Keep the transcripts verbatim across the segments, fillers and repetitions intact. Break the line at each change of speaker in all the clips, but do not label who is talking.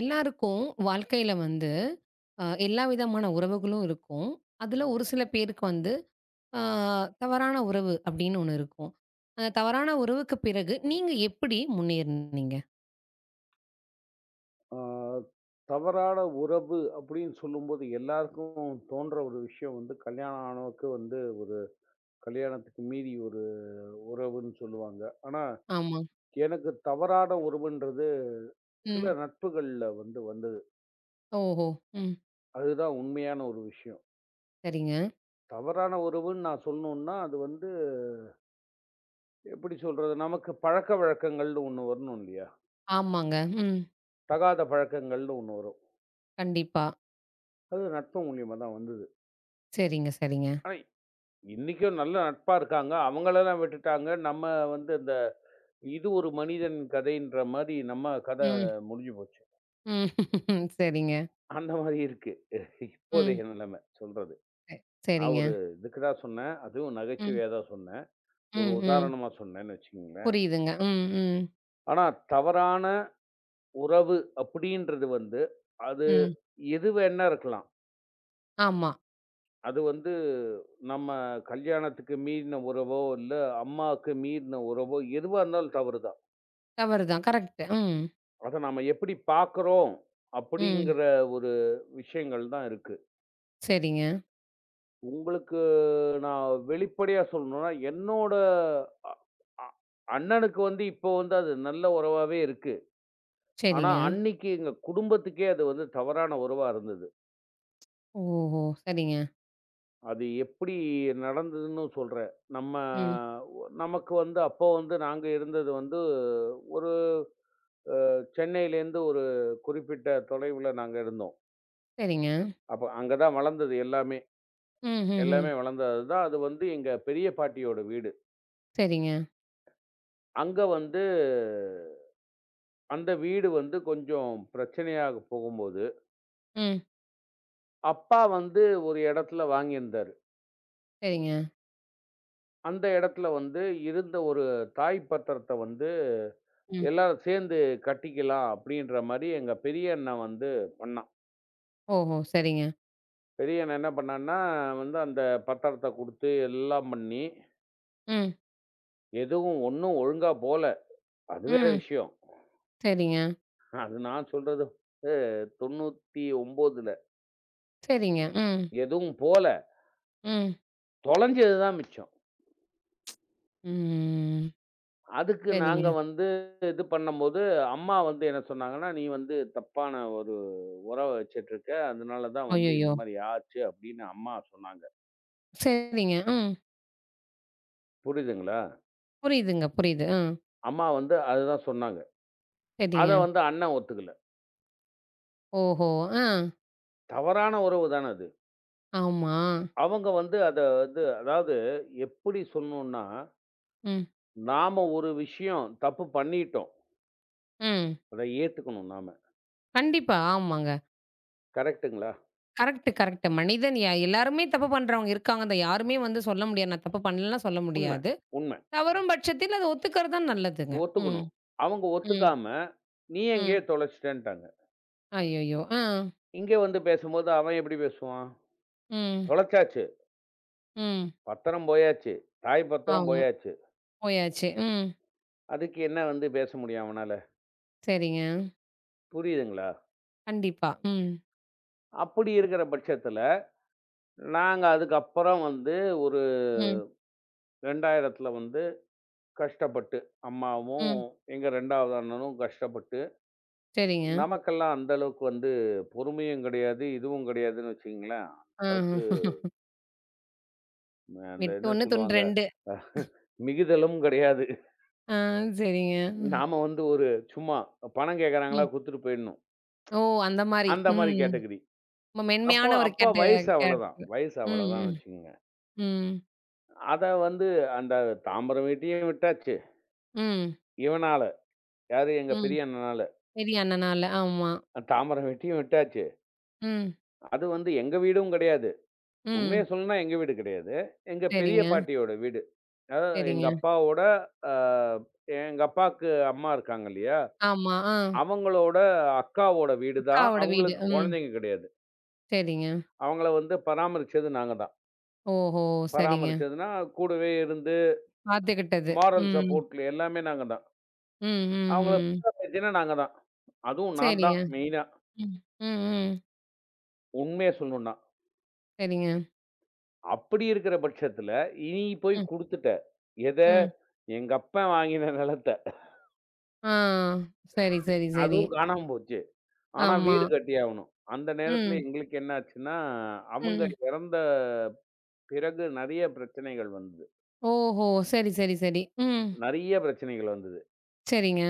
எல்லாருக்கும் வாழ்க்கையில வந்து அ எல்லா விதமான உறவுகளும் இருக்கும். அதுல ஒரு சில பேருக்கு வந்து அ தவறான உறவு அப்படின்னு ஒண்ணு இருக்கும். அந்த தவறான உறவுக்கு பிறகு நீங்க எப்படி முன்னேறுனீங்க?
ஆ, தவறான உறவு அப்படின்னு சொல்லும்போது எல்லாருக்கும் தோன்ற ஒரு விஷயம் வந்து கல்யாணம் ஆனவுக்கு வந்து ஒரு கல்யாணத்துக்கு மீறி ஒரு உறவுன்னு சொல்லுவாங்க. ஆனா,
ஆமா.
எனக்கு தவறான உறவுன்றது சில
ம்.
நட்புகள்ல வந்து வந்தது.
ஓஹோ! ம்.
அதுதான் உண்மையான ஒரு விஷயம்.
சரிங்க.
தவறான உறவுன்னு நான் சொல்லணுன்னா, அது வந்து எப்படி சொல்றது? நமக்கு பழக்கவழக்கங்கள்னு ஒண்ணு வரணும் இல்லையா?
ஆமாங்க. ம்.
தகாத பழக்கங்கள்னு ஒண்ணு வரும்.
கண்டிப்பா.
அது நட்பு மூலியமா தான் வந்தது.
சரிங்க, சரிங்க.
ஆனா, இன்னைக்கும் நல்ல நட்பா இருக்காங்க. அவங்களெல்லாம் விட்டுட்டாங்க. நம்ம வந்து இந்த இது ஒரு மனிதன் கதைன்ற மாரி நம்ம கதை
ம்,
முடிஞ்சு போச்சு.
ம். சரிங்க.
அந்த மாரி இருக்கு.
ம்.
இப்போதைய நிலைமை சொல்றது.
ச
நான்
சரிங்க.
ஒரு இதுக்கு தான் சொன்னேன். அதுவும்
ம்,
நகைச்சுவையா தான் சொன்னேன். ஒரு
ம், ம்.
உதாரணமா சொன்னேன்னு வச்சுக்கங்களேன்.
புரியுதுங்க. ம், ம்,
ஆனா தவறான உறவு அப்படின்றது வந்து, அது
ம்.
எது வேணா இருக்கலாம்.
ஆமா.
அது வந்து நம்ம கல்யாணத்துக்கு மீறின உறவோ, இல்ல அம்மாவுக்கு மீறின உறவோ, எதுவா இருந்தாலும் தவறு தான்.
தவறு தான். கரெக்ட். ம்,
அத நாம எப்படி பார்க்குறோம்
ம்.
அப்படிங்கிற ஒரு விஷயங்கள் தான் இருக்கு.
சரிங்க,
உங்களுக்கு நான் வெளிப்படையா சொல்லணும்னா, என்னோட அ அ அண்ணனுக்கு வந்து இப்போ வந்து அது நல்ல உறவாவே இருக்கு. ஆனா,
சரிங்க.
அன்னைக்கு எங்க குடும்பத்துக்கே அது வந்து தவறான உறவா இருந்தது.
ஓஹோ! சரிங்க.
அது எப்படி நடந்ததுன்னு சொல்றேன். நம்ம
ம்.
ஒ நமக்கு வந்து அப்போ வந்து நாங்க இருந்தது வந்து ஒரு அ சென்னையிலேருந்து ஒரு குறிப்பிட்ட தொலைவுல நாங்க இருந்தோம்.
சரிங்க.
அப்ப அங்க தான் வளர்ந்தது எல்லாமே.
ம், ம்,
எல்லாமே
ம்.
வளர்ந்தது தான். அது வந்து எங்க பெரிய பாட்டியோட வீடு.
சரிங்க.
அங்க வந்து அந்த வீடு வந்து கொஞ்சம் பிரச்சனையாக போகும்போது,
ம்.
அப்பா வந்து ஒரு இடத்துல வாங்கியிருந்தாரு.
சரிங்க.
அந்த இடத்துல வந்து இருந்த ஒரு தாய் பத்திரத்த வந்து
ம்.
எல்லாரும் சேர்ந்து கட்டிக்கலாம் அப்படின்ற மாரி எங்க பெரிய அண்ணன் வந்து பண்ணான்.
ஓஹோ! சரிங்க.
பெரிய அண்ணன் என்ன பண்ணான்னா, வந்து அந்த பத்திரத்த குடுத்து எல்லாம் பண்ணி,
ம்,
எதுவும் ஒண்ணும் ஒழுங்கா போல. அது வேற
ம்.
விஷயம்.
சரிங்க,
அது நான் சொல்றது வந்து தொண்ணூத்தொன்பதுல
சரிங்க. ம்,
எதுவும் போல.
ம்,
தொலைஞ்சது தான் மிச்சம்.
ம்.
அதுக்கு
சரிங்க.
நாங்க வந்து இது பண்ணம்போது, அம்மா வந்து என்ன சொன்னாங்கன்னா, "நீ வந்து தப்பான ஒரு உறவ வச்சுட்ருக்க. அதனால தான் வந்து
அய்யய்யோ!
இந்த மாரி ஆச்சு." அப்படின்னு அம்மா சொன்னாங்க.
சரிங்க. ம்.
புரியுதுங்களா?
புரியுதுங்க, புரியுது. ஆ.
அம்மா வந்து அதுதான் சொன்னாங்க. அத
சரிங்க.
வந்து அண்ணன் ஒத்துக்கல.
ஓஹோ! ஆ.
தவறான உறவு தான அது.
ஆமா.
அவங்க வந்து அத வந்து அதாவது எப்படி சொல்லணும்னா,
ம்,
நாம ஒரு விஷயம் தப்பு பண்ணிட்டோம்.
ம்.
அத ஏத்துக்கணும் நாம.
கண்டிப்பா. ஆமாங்க.
கரெக்ட்டுங்களா?
Correct, correct. மனிதன் ய எல்லாருமே தப்பு பண்றவங்க இருக்காங்க. அத யாருமே வந்து சொல்ல முடியாது. நான் தப்பு பண்ணலன்லாம் சொல்ல
உண்ம,
முடியாது.
உண்ம.
தவறும் பட்சத்தில் அத ஒத்துக்கிறது தான் நல்லதுங்க. ம்,
ஒத்துக்கணும். அவங்க
ம்.
ஒத்துக்காம, "நீ
ம்.
எங்கேயோ தொலைச்சிட்டன்ட்டாங்க."
அய்யய்யோ! ஆ.
இங்க வந்து பேசும்போது அவன் எப்படி பேசுவான்?
ம்,
தொலைச்சாச்சு.
ம்.
பத்திரம் போயாச்சு. தாய் பத்திரம்
ஆமா.
போயாச்சு.
போயாச்சு. ம்.
அதுக்கு என்ன வந்து பேச முடியும் அவனால?
சரிங்க.
புரியுதுங்களா?
கண்டிப்பா. ம்,
அப்படி இருக்கிற பட்சத்துல, நாங்க அதுக்கப்புறம் வந்து ஒரு
ம்,
இரண்டாயிரத்துல வந்து கஷ்டப்பட்டு, அம்மாவும்,
ம்.
எங்க ரெண்டாவது அண்ணனும் கஷ்டப்பட்டு,
சரிங்க.
நமக்கெல்லாம் அந்த அளவுக்கு வந்து பொறுமையும் கிடையாது, இதுவும் கிடையாதுன்னு வச்சுக்கங்களேன். அந்த
ஆ.
அளவுக்கு ம- அந்த
வெட்டு
என்ன
ஒண்ணு துண்டு
சொல்லுவாங்க?
ரெண்டு.
மிகுதலும் கிடையாது.
ஆ சரிங்க.
நாம வந்து ஒரு சும்மா பணம் கேட்கறாங்களா
ம்.
குடுத்துட்டு போயிடணும்.
ஓ! அந்த மாரி.
அந்த மாரி
ம்.
கேட்டகரி.
ரொம்ப
அப்போ
மென்மையான ஒரு
அப்ப
கேட்டு
வயசு அவ்வளோதான்.
கேரக்டர்.
வயசு
ம்,
அவ்வளோதான்
ம்,
வச்சுக்கோங்க.
ம்,
அத வந்து அந்த தாம்பரம் வீட்டையும் விட்டாச்சு.
ம்,
இவனால, யாரு எங்க
ம்.
பெரிய அண்ணனால.
பெரிய அண்ணனால. ஆமா.
தாம்பரம் வீட்டையும் விட்டாச்சு.
ம்,
அது வந்து எங்க வீடும் கிடையாது. உண்மைய
ம்.
சொல்லணும்னா எங்க வீடு கிடையாது. எங்க பெரிய
சரிங்க,
பாட்டியோட வீடு. அதாவது எங்க
சரிங்க.
அப்பாவோட அ எங்க அப்பாவுக்கு அம்மா இருக்காங்க இல்லையா?
ஆமா. ஆ.
அவங்களோட அக்காவோட வீடு தான்.
அக்காவோட வீடு.
அவங்களுக்கு
ம்.
குழந்தைங்க கிடையாது.
சரிங்க.
அவங்கள வந்து பராமரிச்சது நாங்க தான்.
ஓஹோ! சரிங்க.
பராமரிச்சதுன்னா கூடவே இருந்து,
பாத்துக்கிட்டது.
மாரல்
ம்.
சப்போர்ட்ல எல்லாமே நாங்க தான்.
ம், ம்,
அவங்கள
ம்.
உட்கார வச்சதே நாங்க தான். அதுவும் நான்
சரிங்க.
தான் மெயினா.
ம், ம், ம்.
உண்மைய சொல்லணும்னா.
சரிங்க.
அப்படி இருக்கிற பட்சத்துல, நீ போய்
ம்,
குடுத்துட்ட. எத?
ம்.
எங்க அப்பன் வாங்கின நிலத்த.
ஆ. சரி, சரி, சரி.
அதுவும் காணாம போச்சு. ஆனா
ஆமா.
வீடு கட்டியாவணும். அந்த நேரத்துல
ம்,
எங்களுக்கு என்ன ஆச்சுன்னா, அவங்க
ம்.
இறந்த பிறகு நெறைய பிரச்சனைகள் வந்தது.
ஓஹோ! சரி, சரி, சரி. ம்.
நெறைய பிரச்சனைகள் வந்தது.
சரிங்க.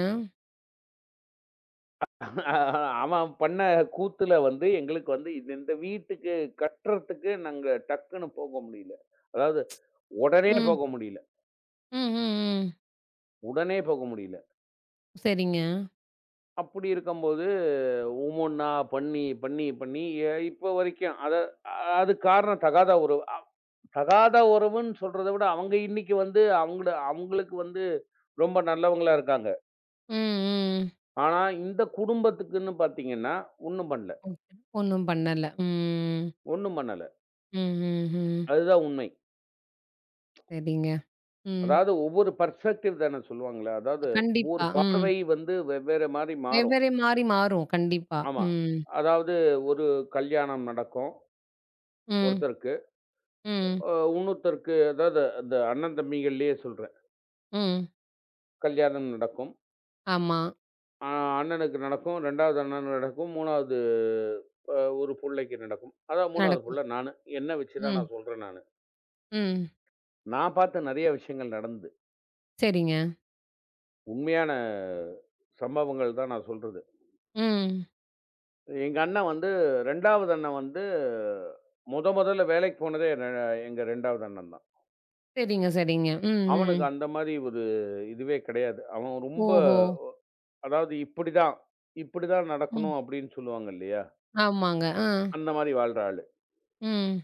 அவன் பண்ண கூத்துல வந்து எங்களுக்கு வந்து இது இந்த வீட்டுக்கு கட்டுறதுக்கு நாங்க டக்குன்னு போக முடியல. அதாவது உடனே
ம்,
போக முடியல.
ம், ம், ம்.
உடனே போக முடியல.
சரிங்க.
அப்படி இருக்கும்போது, ஒவ்வொன்னா பண்ணி, பண்ணி, பண்ணி எ இப்ப வரைக்கும் அத அது காரணம் தகாத உறவு. அ தகாத உறவுன்னு சொல்றத விட, அவங்க இன்னைக்கு வந்து அவங்கள அவங்களுக்கு வந்து ரொம்ப நல்லவங்களா இருக்காங்க.
ம், ம்.
ஆனா, இந்த குடும்பத்துக்குன்னு பார்த்தீங்கன்னா, ஒண்ணும் பண்ணல.
ஓகே. ஒண்ணும் பண்ணல. ம்.
ஒண்ணும் பண்ணல.
ம், ம், ம்.
அதுதான் உண்மை.
சரிங்க. ம்.
அதாவது ஒவ்வொரு பெர்ஸ்பெக்டிவ் தானே சொல்லுவாங்கல்ல. அதாவது
கண்டிப்பா.
ஒவ்வொரு
ம்.
பார்வை வந்து வெவ்வேற மாரி மாறும்.
வெவ்வேறு மாறி மாறும். கண்டிப்பா.
ஆமா.
ம்.
அதாவது ஒரு கல்யாணம் நடக்கும்.
ம்.
ஒருத்தருக்கு.
ம்.
அ இன்னொருத்தருக்கு அதாவது அந்த அண்ணன் தம்பிகள்லயே சொல்றேன்.
ம்.
கல்யாணம் நடக்கும்.
ஆமா.
அ அண்ணனுக்கு நடக்கும். 2வது அண்ணனுக்கு நடக்கும். மூணாவது அ ஒரு புள்ளைக்கு நடக்கும். அதான் மூணாவது
நடக்கும்.
புள்ள நானு. என்ன வச்சு தான்
ம்.
நான் சொல்றேன் நானு.
ம்.
நான் பார்த்த நெறைய விஷயங்கள் நடந்தது.
சரிங்க.
உண்மையான சம்பவங்கள் தான் நான் சொல்றது.
ம்.
எங்க அண்ணன் வந்து ரெண்டாவது அண்ணன் வந்து மொத மொதல்ல வேலைக்கு போனதே எ எங்க ரெண்டாவது அண்ணன் தான்.
சரிங்க, சரிங்க. ம், ம்.
அவனுக்கு அந்த மாரி ஒரு இதுவே கிடையாது. அவன் ரொம்ப
ஓஹோ!
அதாவது இப்படிதான், இப்படிதான்
ம்.
நடக்கணும் அப்படின்னு சொல்லுவாங்க இல்லையா?
ஆமாங்க. ஆ.
அந்த மாரி வாழ்ற ஆளு.
ம்.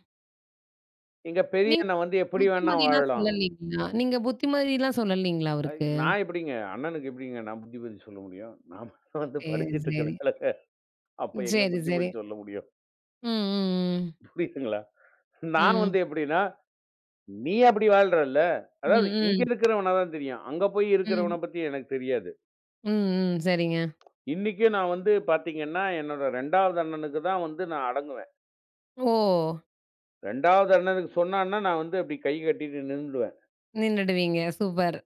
எங்க பெரிய
நீங்க
அண்ணன் வந்து எப்படி வேணா
புத்திமதிலாம்
வாழலாம்.
சொல்லலீங்களா? நீங்க புத்திமதிலாம் சொல்லலீங்களா
அ
அவருக்கு?
நான் எப்படிங்க? அண்ணனுக்கு எப்படிங்க நான் புத்தி பதி சொல்ல முடியும்? நான் வந்து
சரி,
படிச்சுட்டு இருக்கிற
சரி.
ஆளுங்க. அப்ப எங்க
சரி,
புத்தி
சரி.
பதி சொல்ல முடியும்?
ம், ம்,
புரியுதுங்களா? நான்
ம்.
வந்து எப்படின்னா, "நீ அப்படி வாழ்றல்ல"
ம்.
அதாவது
ம்,
இங்க
ம்.
இருக்கிறவன தான் தெரியும். அங்க போய்
ம்.
இருக்கிறவன பத்தி எனக்கு தெரியாது.
ம், ம். சரிங்க.
இன்னிக்கும் நான் வந்து பார்த்தீங்கன்னா, என்னோட ரெண்டாவது அண்ணனுக்கு தான் வந்து நான் அடங்குவேன்.
ஓ!
2வது அண்ணனுக்கு சொன்னான்னா, நான் வந்து அப்படி கை கட்டிட்டு நின்னுடுவேன்.
நின்னுடுவீங்க. சூப்பர்.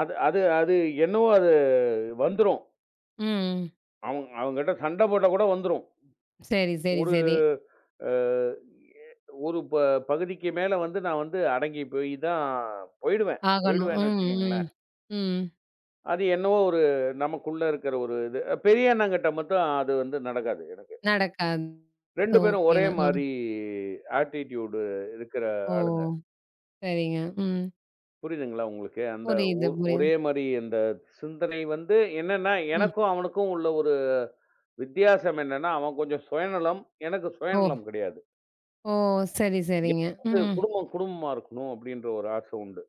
அது அது அது என்னவோ அது வந்துரும்.
ம்.
அவங்க அவங்ககிட்ட சண்டை போட்டா கூட வந்துரும்.
சரி, சரி,
ஒரு
சரி.
அ ஒரு ப பகுதிக்கு மேல வந்து நான் வந்து அடங்கி போய் தான் போயிடுவேன்.
ஆகணும்.
போயிடுவேன்னு
ம், ம்.
வச்சுக்கங்களேன்.
ம்.
அது என்னவோ ஒரு நமக்குள்ள இருக்கிற ஒரு இது. பெரிய அண்ணங்கிட்ட மட்டும் அது வந்து நடக்காது எனக்கு.
நடக்காது.
இரண்டு பேரும் ஒரே
ஓகேனா. அ.
மாரி ஆட்டிட்யூடு இருக்கிற
ஓ!
ஆளுங்க.
சரிங்க. ம்.
புரியுதுங்களா உங்களுக்கு? அந்த
புரியுது, புரியுது.
ஒரே மாரி அந்த சிந்தனை வந்து என்னன்னா,
ம்.
எனக்கும் அவனுக்கும் உள்ள ஒரு வித்தியாசம் என்னன்னா, அவன் கொஞ்சம் சுயநலம். எனக்கு
ஓ!
சுயநலம் கிடையாது.
ஓ! சரி, சரிங்க.
எனக்கு வந்து
ம்.
குடும்பம் குடும்பமா இருக்கணும் அப்டின்ற ஒரு ஆசை உண்டு.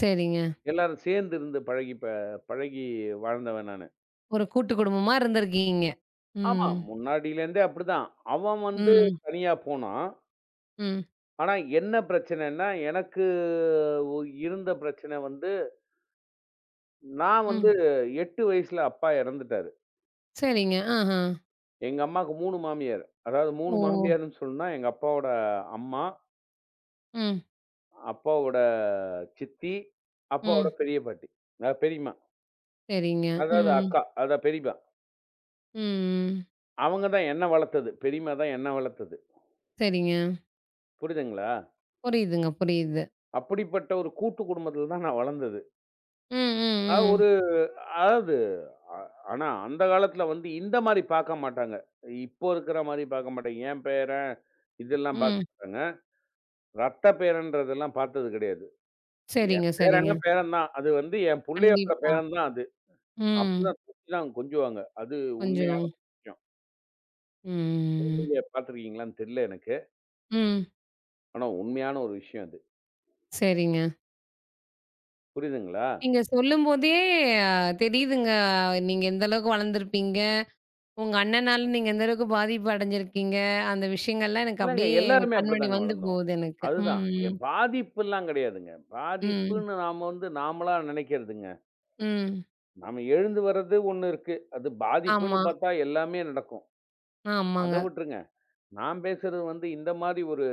சரிங்க.
எல்லாரும் சேர்ந்து இருந்து பழகி ப பழகி வாழ்ந்தவன் நானு.
ஒரு கூட்டு குடும்பமா இருந்திருக்கீங்க.
ஆமா,
ம்.
முன்னாடியிலேருந்தே அப்படிதான். அவன் வந்து
ம்.
தனியா போனான்.
ம்.
ஆனா என்ன பிரச்சனைன்னா, எனக்கு ஒ இருந்த பிரச்சனை வந்து, நான்
ம்.
வந்து எட்டு வயசுல அப்பா இறந்துட்டாரு.
சரிங்க. ஆஹா.
எங்க அம்மாவுக்கு மூணு மாமியார். அதாவது மூணு
ஓ!
மாமியார்ன்னு சொன்னா, எங்க அப்பாவோட அம்மா,
ம்.
அப்பாவோட சித்தி, அப்பாவோட
ம்.
பெரிய பாட்டி. அதாவது பெரியம்மா.
சரிங்க.
அதாவது
ம்.
அக்கா. அதான் பெரியம்மா.
ம்.
அவங்க தான் என்ன வளர்த்தது. பெரியம்மா தான் என்ன வளர்த்தது.
சரிங்க.
புரியுதுங்களா?
புரியுதுங்க, புரியுது.
அப்படிப்பட்ட ஒரு கூட்டு குடும்பத்தில தான் நான் வளர்ந்தது.
ம். ம்.
அது
ம்.
ஒரு அதாவது அ ஆனா அந்த காலத்தில வந்து இந்த மாரி பார்க்க மாட்டாங்க. இப்போ இருக்கிற மாரி பார்க்க மாட்டாங்க. என் பேரன் இதெல்லாம் பார்க்க
ம்.
மாட்டாங்க. ரத்த பேரன்றதெல்லாம் பார்த்தது கிடையாது. என்
சரிங்க, சரிங்க.
பேரன்னா பேரன் தான். அது வந்து என் புள்ளையோட
கண்டிப்பா.
பேரன் தான் அது.
ம்.
அப்படிதான் தூக்கி தான் கொஞ்சுவாங்க. அது உண்மையான
கொஞ்சம்.
ஒரு விஷயம்.
ம்.
நீங்க பார்த்துருக்கீங்களான்னு தெரியல எனக்கு.
ம்.
ஆனா உண்மையான ஒரு விஷயம் அது.
சரிங்க.
புரியுதுங்களா?
நீங்க சொல்லும்போதே அ தெரியுதுங்க, நீங்க எந்த அளவுக்கு வளர்ந்துருப்பீங்க. உங்க அண்ணனால நீங்க எந்த அளவுக்கு பாதிப்பு அடைஞ்சிருக்கீங்க, அந்த விஷயங்கள்லாம் எனக்கு
இல்லங்க
அப்படியே எனக்கு
எல்லாருமே
கண் முன்னாடி
அப்படித்தாங்க
வந்து
வளர்ந்தோம்.
போகுது எனக்கு.
அதுதான். எ
ம்,
பாதிப்புலாம் கிடையாதுங்க.
ம்,
பாதிப்புன்னு நாம வந்து நாமளா நினைக்கிறதுங்க.
ம்.
நாம எழுந்து வர்றது ஒண்ணு இருக்கு. அது பாதிப்புன்னு
ஆமா.
பார்த்தா எல்லாமே நடக்கும்.
ஆமாங்க.
அத விட்டுருங்க. நான் பேசுறது வந்து இந்த மாரி ஒரு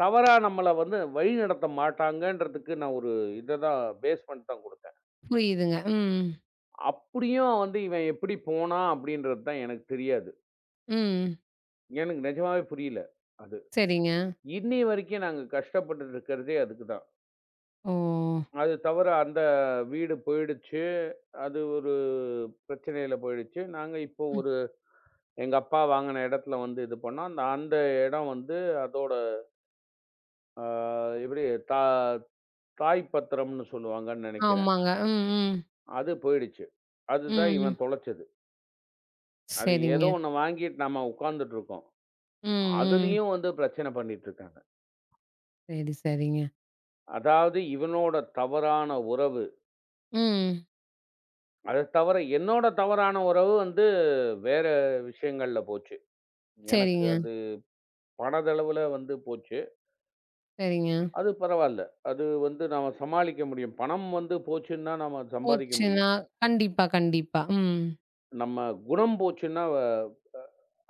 தவறா நம்மள வந்து வழிநடத்த மாட்டாங்கன்றதுக்கு நான் ஒரு இத தான் பேஸ் பண்ணி தான் குடுத்தேன்.
புரியுதுங்க. ம்,
அப்படியும் வந்து இவன் எப்படி போனான் அப்படின்றது தான் எனக்கு தெரியாது.
ம்.
எனக்கு நிஜமாவே புரியல அது.
சரிங்க.
இன்னி வரைக்கும் நாங்க கஷ்டப்பட்டுட்டு இருக்கிறதே அதுக்கு தான்.
ஓ!
அது தவிர அந்த வீடு போயிடுச்சு. அது ஒரு பிரச்சனையில போயிடுச்சு. நாங்க இப்போ
ம்.
ஒரு எங்க அப்பா வாங்குன இடத்துல வந்து இது பண்ணோம். அந்த அந்த இடம் வந்து அதோட அ எப்படி தா தாய் பத்திரம்னு சொல்லுவாங்கன்னு நெனைக்கிறேன்.
ஆமாங்க. ம், ம்,
அது போயிடுச்சு. அதுதான்
ம்.
இவன் தொலைச்சது. அது ஏதோ
சரிங்க.
ஒண்ணு வாங்கிட்டு நம்ம உட்கார்ந்துட்டு இருக்கோம்.
ம், ம்.
அதுலயும் வந்து பிரச்சனை பண்ணிட்டு இருக்காங்க.
சரி, சரிங்க.
அதாவது இவனோட தவறான உறவு.
ம்.
அத தவிர என்னோட தவறான உறவு வந்து வேற விஷயங்கள்ல போச்சு. எனக்கு
சரிங்க,
அது பணதளவுல வந்து போச்சு.
சரிங்க.
அது பரவால்ல. அது வந்து நாம சமாளிக்க முடியும். பணம் வந்து போச்சுன்னா நம்ம சம்பாதிக்க
போச்சுன்னா
முடியும்.
கண்டிப்பா, கண்டிப்பா. ம்.
நம்ம குணம் போச்சுன்னா, வ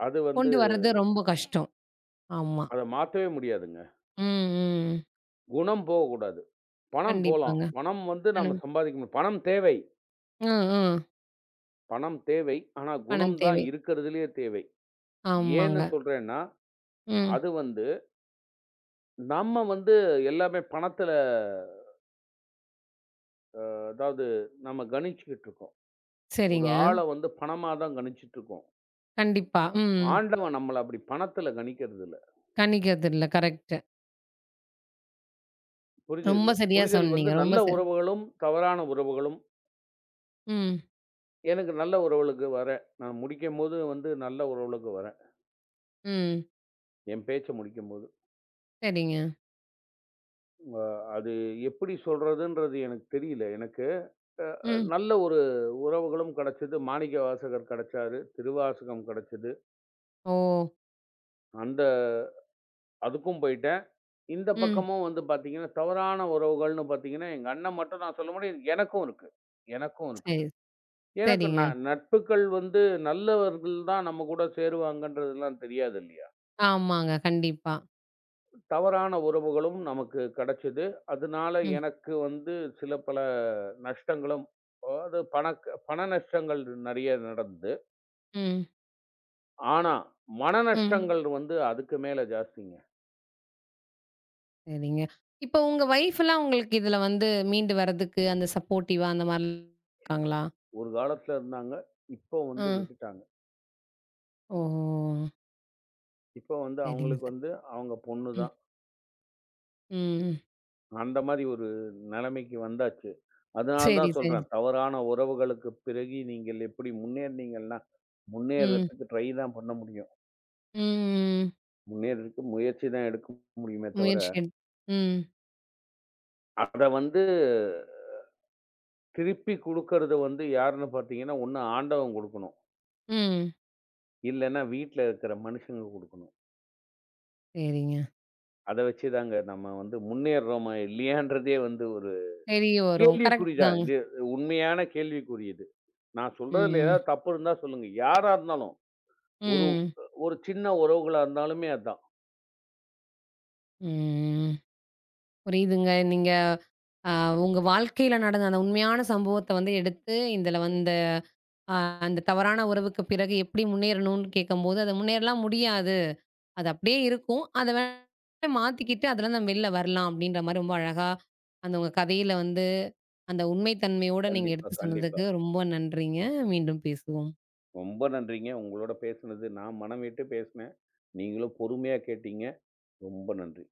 அது வந்து
கொண்டு வர்றது ரொம்ப கஷ்டம். ஆமா.
அத மாத்தவே முடியாதுங்க.
ம், ம்.
குணம் போகக்கூடாது. பணம் போலாம்.
கண்டிப்பாங்க.
பணம் வந்து நம்ம
பணம்.
சம்பாதிக்கணும். பணம் தேவை.
அ, அ.
பணம் தேவை. ஆனா,
பணம்
குணம் தான்
தேவை.
இருக்கிறதுலயே தேவை. ஏன்னு
ஆமாங்க.
சொல்றேன்னா,
ம்.
அது வந்து நம்ம வந்து எல்லாமே பணத்துல அதாவது நம்ம கணிச்சுக்கிட்டு இருக்கோம். ஒரு
சரிங்க.
ஆள வந்து பணமா தான் கணிச்சுட்டு இருக்கோம்.
கண்டிப்பா. ம்.
ஆண்டவன் நம்மள அப்படி பணத்துல கணிக்கிறது இல்ல.
கணிக்கிறதில்ல. கரெக்ட்டு.
புரிதல்
ரொம்ப சரியா
புரிதல்
சொன்னீங்க.
வந்து
ரொம்ப
நல்ல
சரி.
உறவுகளும், தவறான உறவுகளும்
ம்.
எனக்கு நல்ல உறவுகளுக்கு வரேன். நான் முடிக்கும்போது வந்து நல்ல உறவுகளுக்கு வரேன்.
ம்.
என் பேச்ச முடிக்கும்போது.
சரிங்க.
அ அது எப்படி சொல்றதுன்றது எனக்கு தெரியல. எனக்கு அ அ
ம்.
நல்ல ஒரு உறவுகளும் கிடைச்சது. மாணிக்கவாசகர் கிடைச்சாரு. திருவாசகம் கிடைச்சது.
ஓ!
அந்த அதுக்கும் போயிட்டேன். இந்த
ம்.
பக்கமும் வந்து பார்த்தீங்கன்னா, தவறான உறவுகள்னு பார்த்தீங்கன்னா, எங்க அண்ணன் மட்டும் நான் சொல்ல முடியும். எனக்கும் இருக்கு. எனக்கும் இருக்கு.
சரி.
எனக்கு
சரிங்க.
ந நட்புகள் வந்து நல்லவர்கள் தான் நம்ம கூட சேருவாங்கன்றதெல்லாம் தெரியாது இல்லையா?
ஆமாங்க. கண்டிப்பா.
தவறான உறவுகளும் நமக்கு கிடைச்சது. அதனால
ம்.
எனக்கு வந்து சில பல நஷ்டங்களும் அதாவது பணக் பண நஷ்டங்கள் நெறைய நடந்தது.
ம்.
ஆனா, மன
ம்.
நஷ்டங்கள் வந்து அதுக்கு மேல ஜாஸ்திங்க.
சரிங்க. இப்போ உங்க ஒய்ஃப்லாம் உங்களுக்கு இதுல வந்து மீண்டு வர்றதுக்கு அந்த சப்போர்ட்டிவா அந்த மாரிலாம் இருக்காங்களா?
ஒரு காலத்துல இருந்தாங்க. இப்போ வந்து
அ.
விட்டுட்டாங்க.
ஓஹோ!
இப்போ வந்து
சரிங்க
அவங்களுக்கு
சார்.
வந்து அவங்க பொண்ணு
ம்.
தான்.
ம். ம்.
அந்த மாரி ஒரு நிலைமைக்கு வந்தாச்சு. அதனால
சரி,
தான்
சரி.
சொல்றேன். தவறான உறவுகளுக்கு பிறகு நீங்கள் எப்படி முன்னேறினீங்கன்னா,
ம்.
முன்னேறதுக்கு ட்ரை தான் பண்ண முடியும்.
ம்.
முன்னேறதுக்கு முயற்சி தான் எடுக்க முடியுமே தவிர
முயற்சி எடு ம்.
அத வந்து திருப்பி குடுக்கறது வந்து யாருன்னு பார்த்தீங்கன்னா, ஒண்ணு ஆண்டவன் குடுக்கணும்.
ம்.
இல்லன்னா வீட்ல இருக்கிற மனுஷங்க குடுக்கணும்.
சரிங்க.
அத வச்சு தாங்க நம்ம வந்து முன்னேறுறோமா இல்லையான்றதே வந்து ஒரு
தெரிய வரும். கரெக்ட்
கேள்விக்குறி தான்.
தான்.
இது உண்மையான கேள்விக்குறி இது. நான் சொல்றதுல
ம்.
ஏதாவது தப்பு இருந்தா சொல்லுங்க. யாரா இருந்தாலும். ஒரு
ம்.
ஒரு சின்ன உறவுகளா இருந்தாலுமே அதான்.
ம். புரியுதுங்க. நீங்க அ உங்க வாழ்க்கையில நடந்த அந்த உண்மையான சம்பவத்த வந்து எடுத்து, இதில வந்து அ அந்த தவறான உறவுக்கு பிறகு எப்படி முன்னேறணும்னு கேட்கும்போது, அது முன்னேறலாம் முடியாது. அது அப்படியே இருக்கும். அத வேணா மாத்திக்கிட்டு அதுலருந்து நம்ம வெளில வரலாம் அப்படின்ற மாரி ரொம்ப அழகா அந்த உங்க கதையில வந்து அந்த உண்மை தன்மையோட நீங்க
கண்டிப்பா,
எடுத்து
கண்டிப்பா.
சொன்னதுக்கு ரொம்ப நன்றிங்க. மீண்டும் பேசுவோம்.
ரொம்ப நன்றிங்க. உங்களோட பேசுனது நான் மனம் விட்டு பேசினேன். நீங்களும் பொறுமையா கேட்டீங்க. ரொம்ப நன்றி.